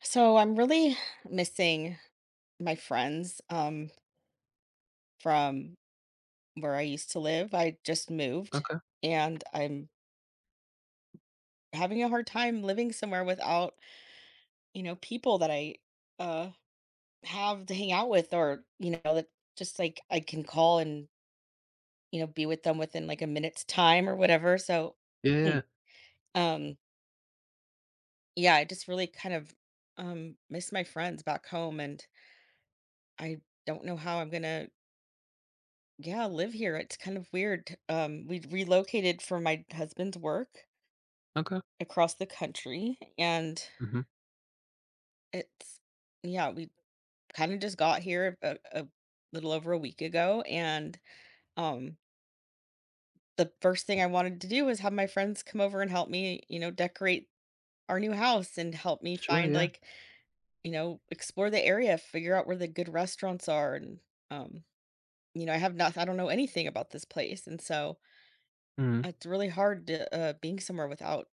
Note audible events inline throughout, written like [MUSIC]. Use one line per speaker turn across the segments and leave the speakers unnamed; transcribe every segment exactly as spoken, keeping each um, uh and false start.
So I'm really missing my friends um, from where I used to live. I just moved
Okay.
and I'm having a hard time living somewhere without, you know, people that I uh, have to hang out with or, you know, that just like I can call and, you know, be with them within like a minute's time or whatever. So,
Yeah, yeah, yeah.
mm, um, yeah, I just really kind of um, miss my friends back home and I don't know how I'm going to, Yeah, live here. It's kind of weird. Um, we relocated for my husband's work
Okay.
across the country, and
Mhm.
it's, yeah, we kind of just got here a, a little over a week ago, and um, the first thing I wanted to do was have my friends come over and help me, you know, decorate our new house and help me
Sure,
find,
yeah.
like, you know, explore the area, figure out where the good restaurants are, and um, you know, I have not, I don't know anything about this place, and so
Mhm.
it's really hard to, uh, being somewhere without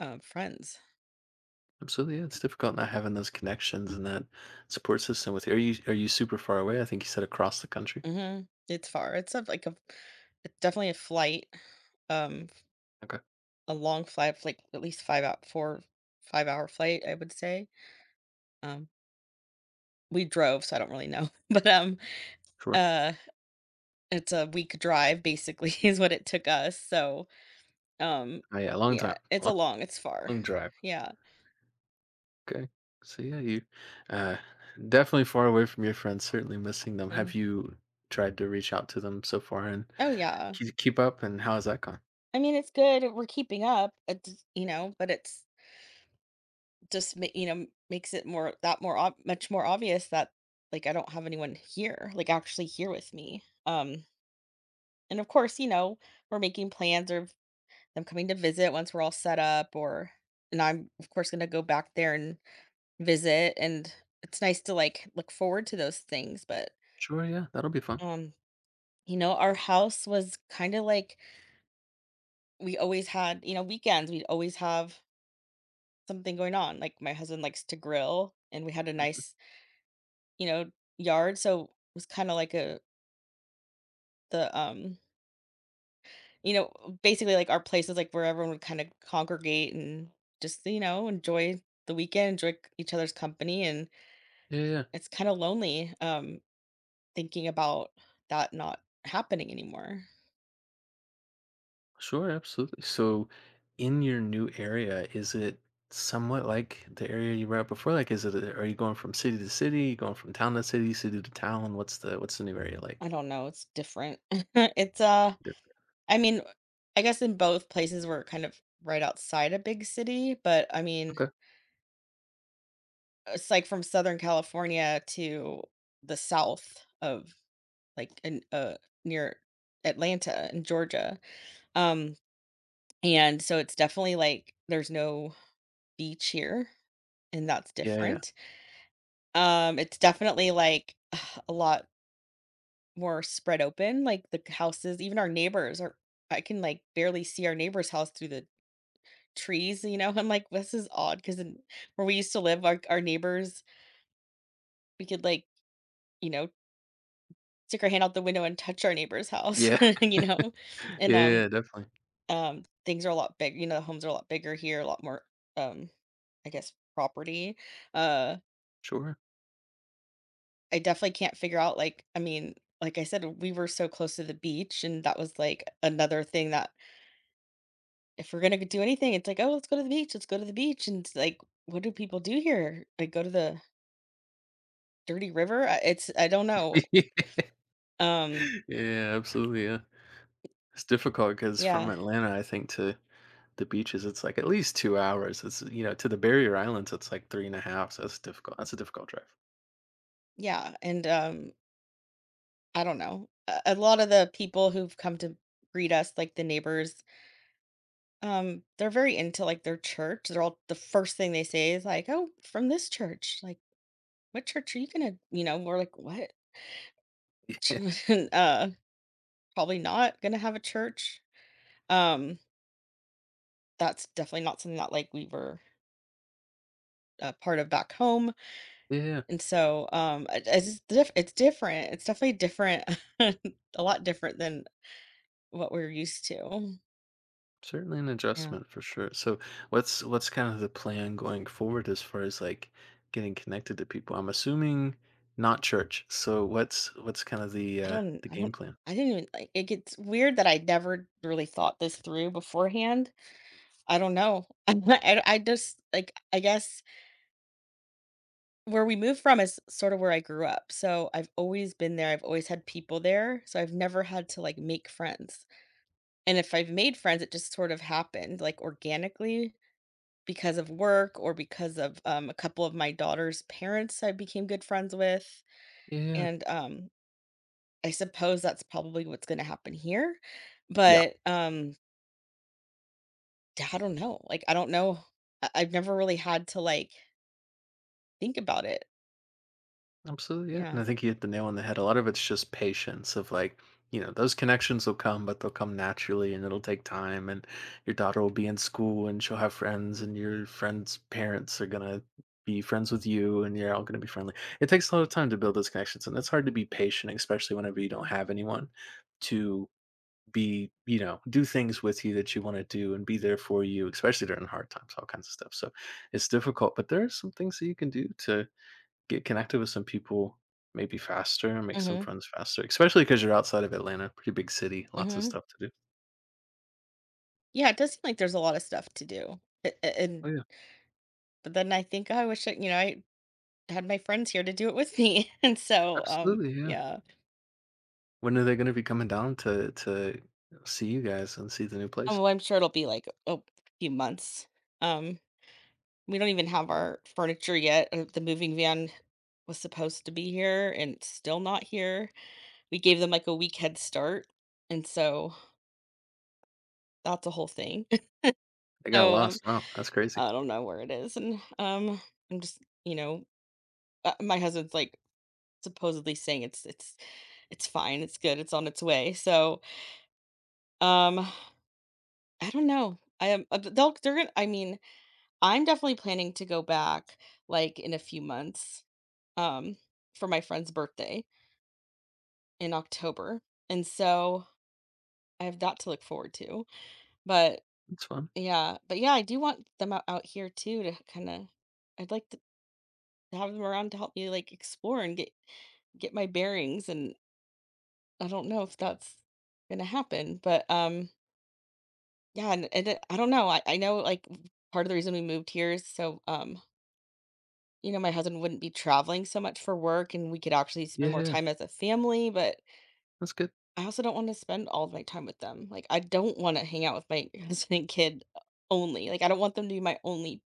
Um, friends.
Absolutely, yeah, it's difficult not having those connections and that support system with you. Are you are you super far away? I think you said across the country.
Mhm. It's far. It's a, like, a it's definitely a flight, um,
Okay.
a long flight of, like, at least five out four five-hour flight, I would say. Um, we drove, so I don't really know, [LAUGHS] but, um,
Sure.
uh, it's a week drive basically [LAUGHS] is what it took us, so, um,
Oh, yeah, long
yeah,
time.
it's
Long,
a long it's far.
long drive.
Yeah.
Okay. So yeah, you uh definitely far away from your friends, certainly missing them. Have
Mm.
you tried to reach out to them so far and
Oh, yeah.
keep keep up, and how has that gone?
I mean, it's good, we're keeping up, it's, you know, but it's just ma you know, makes it more, that more, ob much more obvious that, like, I don't have anyone here, like, actually here with me, um, and of course, you know, we're making plans of them coming to visit once we're all set up or and I'm, of course, gonna go back there and visit, and it's nice to, like, look forward to those things, but,
Sure, yeah. That'll be fun.
um, you know, our house was kinda like we always had, you know, weekends, we'd always have something going on, like, my husband likes to grill, and we had a
Mm.
nice, you know, yard, so it was kinda like a the, um you know, uh, basically, like, our place's like, where everyone would kinda congregate and just, you know, enjoy the weekend, enjoy c each other's company, and
Yeah, yeah.
it's kinda lonely, um, thinking about that not happening anymore.
Sure, absolutely. So, in your new area, is it somewhat like the area you were at before? Like, is it, are you going from city to city, going from town to city, city to town? What's the what's the new area
I
like?
don't know, it's different. [LAUGHS] It's, uh
Different.
I mean, I guess in both places we're kind of right outside a big city, but I mean,
Okay.
it's like from Southern California to the south of, like, in uh near Atlanta in Georgia. Um and so it's definitely like there's no beach here, and that's
Yeah, yeah,
different. Um it's definitely like [SIGHS] a lot more spread open, like, the houses, even our neighbors are, I can, like, barely see our neighbor's house through the trees, you know? I'm like, "This is odd because where we used to live, our our neighbors, we could, like, you know, stick our hand out the window and touch our neighbor's house,"
yeah,
[LAUGHS] you know?
[LAUGHS]
And,
yeah,
um,
yeah, definitely.
um, things are a lot big, you know, the homes are a lot bigger here, a lot more, um, I guess, property. Uh,
Sure.
I definitely can't figure out, like, I mean, like I said, we were so close to the beach, and that was, like, another thing that if we're gonna do anything, it's like, "Oh, let's go to the beach, let's go to the beach," and it's like, "What do people do here?" Like, go to the Dirty River? I it's I don't know.
[LAUGHS]
Um,
Yeah, absolutely. Yeah, it's difficult because from
yeah,
Atlanta, I think, to the beaches, it's like at least two hours. It's, you know, to the barrier islands, it's like three and a half. So that's difficult. That's a difficult drive.
yeah, and, um, I don't know. A a lot of the people who've come to greet us, like the neighbors, um, they're very into, like, their church. They're all, the first thing they say is like, "Oh, from this church." Like, "What church are you gonna," you know, we're like, "What?"
[LAUGHS]
[LAUGHS] Uh, Probably not gonna have a church. Um, that's definitely not something that, like, we were a part of back home.
Yeah.
And so, um, it it's diff it's different. It's definitely different, [LAUGHS] a lot different than what we're used to.
Certainly an
Yeah.
adjustment for sure. So what's what's kind of the plan going forward as far as like getting connected to people? I'm assuming not church. So what's what's kind of the
I
uh
don't
the
I
game
don't
plan?
I didn't even, like, it gets weird that I never really thought this through beforehand. I don't know. [LAUGHS] I I just, like, I guess where we moved from is sort of where I grew up. So I've always been there. I've always had people there. So I've never had to, like, make friends. And if I've made friends, it just sort of happened, like, organically because of work or because of, um, a couple of my daughter's parents I became good friends with,
Yeah.
and, um, I suppose that's probably what's gonna happen here,
Yeah.
but, um, yeah, I don't know, like, I don't know. I I've never really had to, like, think about it.
Absolutely, yeah. And
Yeah.
I think you hit the nail on the head. A lot of it's just patience of, like, you know, those connections will come, but they'll come naturally and it'll take time. And your daughter will be in school and she'll have friends, and your friends' parents are going to be friends with you and you're all going to be friendly. It takes a lot of time to build those connections. And it's hard to be patient, especially whenever you don't
Mhm.
have anyone to be, you know, do things with you that you want to do and be there for you, especially during hard times, all kinds of stuff. So it's difficult, but there are some things that you can do to get connected with some people maybe faster, make some
Mhm.
friends faster, especially because 'cause you're outside of Atlanta, pretty big city, lots of
Mhm.
stuff to do.
Yeah, it does seem like there's a lot of stuff to do, a a
Oh,
and
yeah,
but then I think, "Oh, I wish I," you know, I had my friends here to do it with me, [LAUGHS] and so, um,
absolutely, yeah.
yeah.
When are they gonna be coming down to to see you guys and see the new
Um,
place?
well, I'm sure it'll be, like, a few months, um we don't even have our furniture yet. Uh, The moving van was supposed to be here and it's still not here. We gave them like a week head start. And so that's a whole thing. [LAUGHS]
They got
So, um
lost, wow, that's crazy.
I don't know where it is. And, um I'm just, you know, uh, my husband's like supposedly saying it's it's it's fine, it's good, it's on its way. So, um I don't know. I am uh, they'll they're gonna I mean, I'm definitely planning to go back like in a few months, um for my friend's birthday in October. And so I have that to look forward to. But
That's fun.
yeah, but yeah, I do want them out, out here too to kind of, I'd like to have them around to help me, like, explore and get get my bearings and I don't know if that's going to happen, but, um yeah, and, and it- I don't know. I I know, like, part of the reason we moved here is so, um you know, my husband wouldn't be traveling so much for work and we could actually
Yeah,
spend more
yeah,
time as a family, but
that's good.
I also don't wanna spend all of my time with them, like, I don't wanna hang out with my [LAUGHS] husband and kid only, like, I don't want them to be my only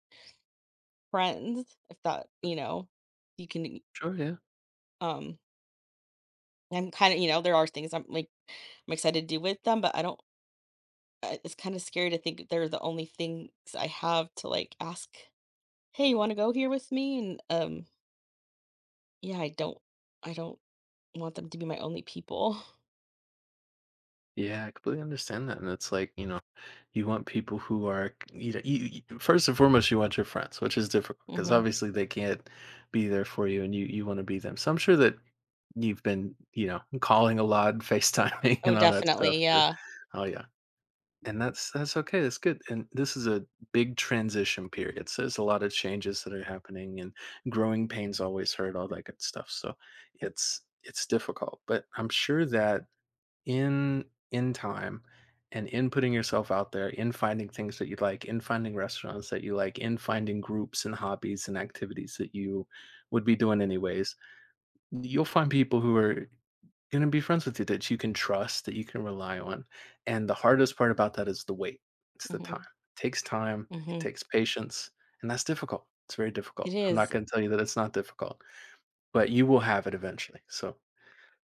friends, if that, you know, you can
Sure, yeah.
um, I'm kinda, you know, there are things I'm, like, I'm excited to do with them, but I don't, I it's kinda scary to think they're the only things I have to, like, ask, "Hey, you wanna go here with me?" And, um, yeah, I don't I don't want them to be my only people.
Yeah, I completely understand that, and it's like, you know, you want people who are, you know, you, you first and foremost, you want your friends, which is
[LAUGHS]
difficult because
Mhm.
obviously they can't be there for you, and you, you want to be them. So I'm sure that you've been, you know, calling a lot, and FaceTiming, [LAUGHS]
Oh,
and all that stuff.
definitely,
To,
yeah.
oh yeah, and that's that's okay. That's good. And this is a big transition period, so there's a lot of changes that are happening, and growing pains always hurt, all that good stuff. So it's it's difficult, but I'm sure that in in time and in putting yourself out there, in finding things that you like, in finding restaurants that you like, in finding groups and hobbies and activities that you would be doing anyways, you'll find people who are going to be friends with you that you can trust, that you can rely on. And the hardest part about that is the wait. It's the time.
Mhm,
It takes time, it
mhm.
takes patience, and that's difficult. It's very
It
difficult. I'm not
is.
going to tell you that it's not difficult, but you will have it eventually. So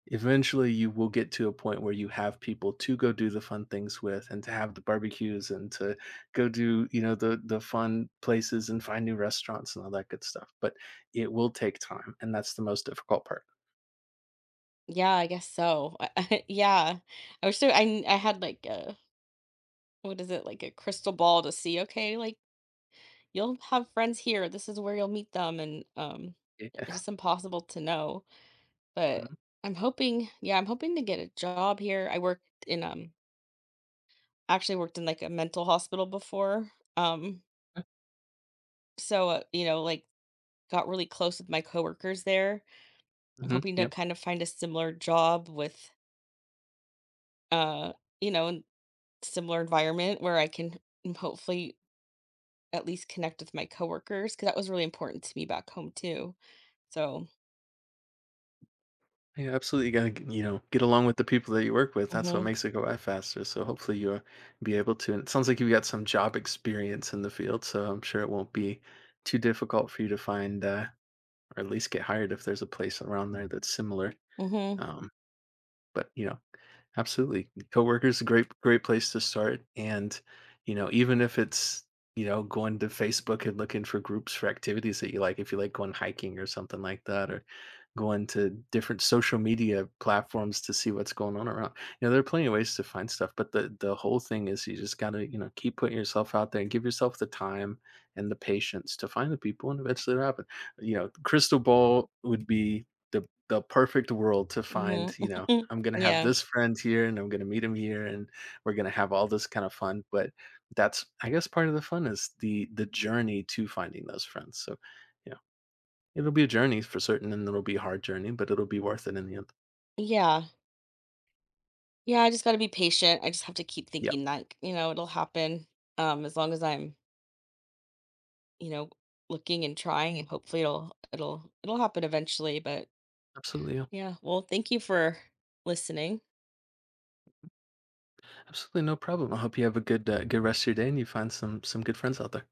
eventually, you will get to a point where you have people to go do the fun things with and to have the barbecues and to go do, you know, the the fun places and find new restaurants and all that good stuff, but it will take time, and that's the most difficult part.
Yeah, I guess so. I I, [LAUGHS] yeah. I wish there I kn I had, like, a what is it, like, a crystal ball to see, "Okay, like, you'll have friends here, this is where you'll meet them," and, um,
Yeah.
it's just impossible to know, but
Mhm.
I'm hoping, yeah, I'm hoping to get a job here. I worked in, um actually worked in, like, a mental hospital before, um,
Yeah.
so, uh, you know, like, got really close with my coworkers there. I'm
Mhm.
hoping to
Yep.
kind of find a similar job with, uh, you know, similar environment where I can hopefully at least connect with my coworkers because that was really important to me back home too. So,
Yeah, absolutely. You gotta g You know, get along with the people that you work with, that's what
mhm,
makes it go by faster, so hopefully you'll be able to, and it sounds like you've got some job experience in the field, so I'm sure it won't be too difficult for you to find, uh or at least get hired if there's a place around there that's similar.
mhm,
Um, but you know, absolutely. Coworkers, a great great place to start, and you know, even if it's, you know, going to Facebook and looking for groups for activities that you like, if you like going hiking or something like that, or going to different social media platforms to see what's going on around. You know, there are plenty of ways to find stuff, but the the whole thing is you just gotta, you know, keep putting yourself out there and give yourself the time and the patience to find the people and eventually it'll happen. You know, crystal ball would be the the perfect world to find,
mhm.
you know,
[LAUGHS]
I'm gonna have
Yeah.
this friend here and I'm gonna meet him here and we're gonna have all this kind of fun. But that's, I guess part of the fun is the the journey to finding those friends. So yeah, it'll be a journey for certain and it'll be a hard journey, but it'll be worth it in the end.
Yeah. Yeah, I just gotta be patient. I just have to keep
Yeah,
thinking that, you know, it'll happen, um, as long as I'm, you know, looking and trying and hopefully it'll it'll it'll happen eventually, but
absolutely. Yeah.
yeah. Well, thank you for listening.
Absolutely, no problem. I hope you have a good uh, good rest of your day and you find some some good friends out there.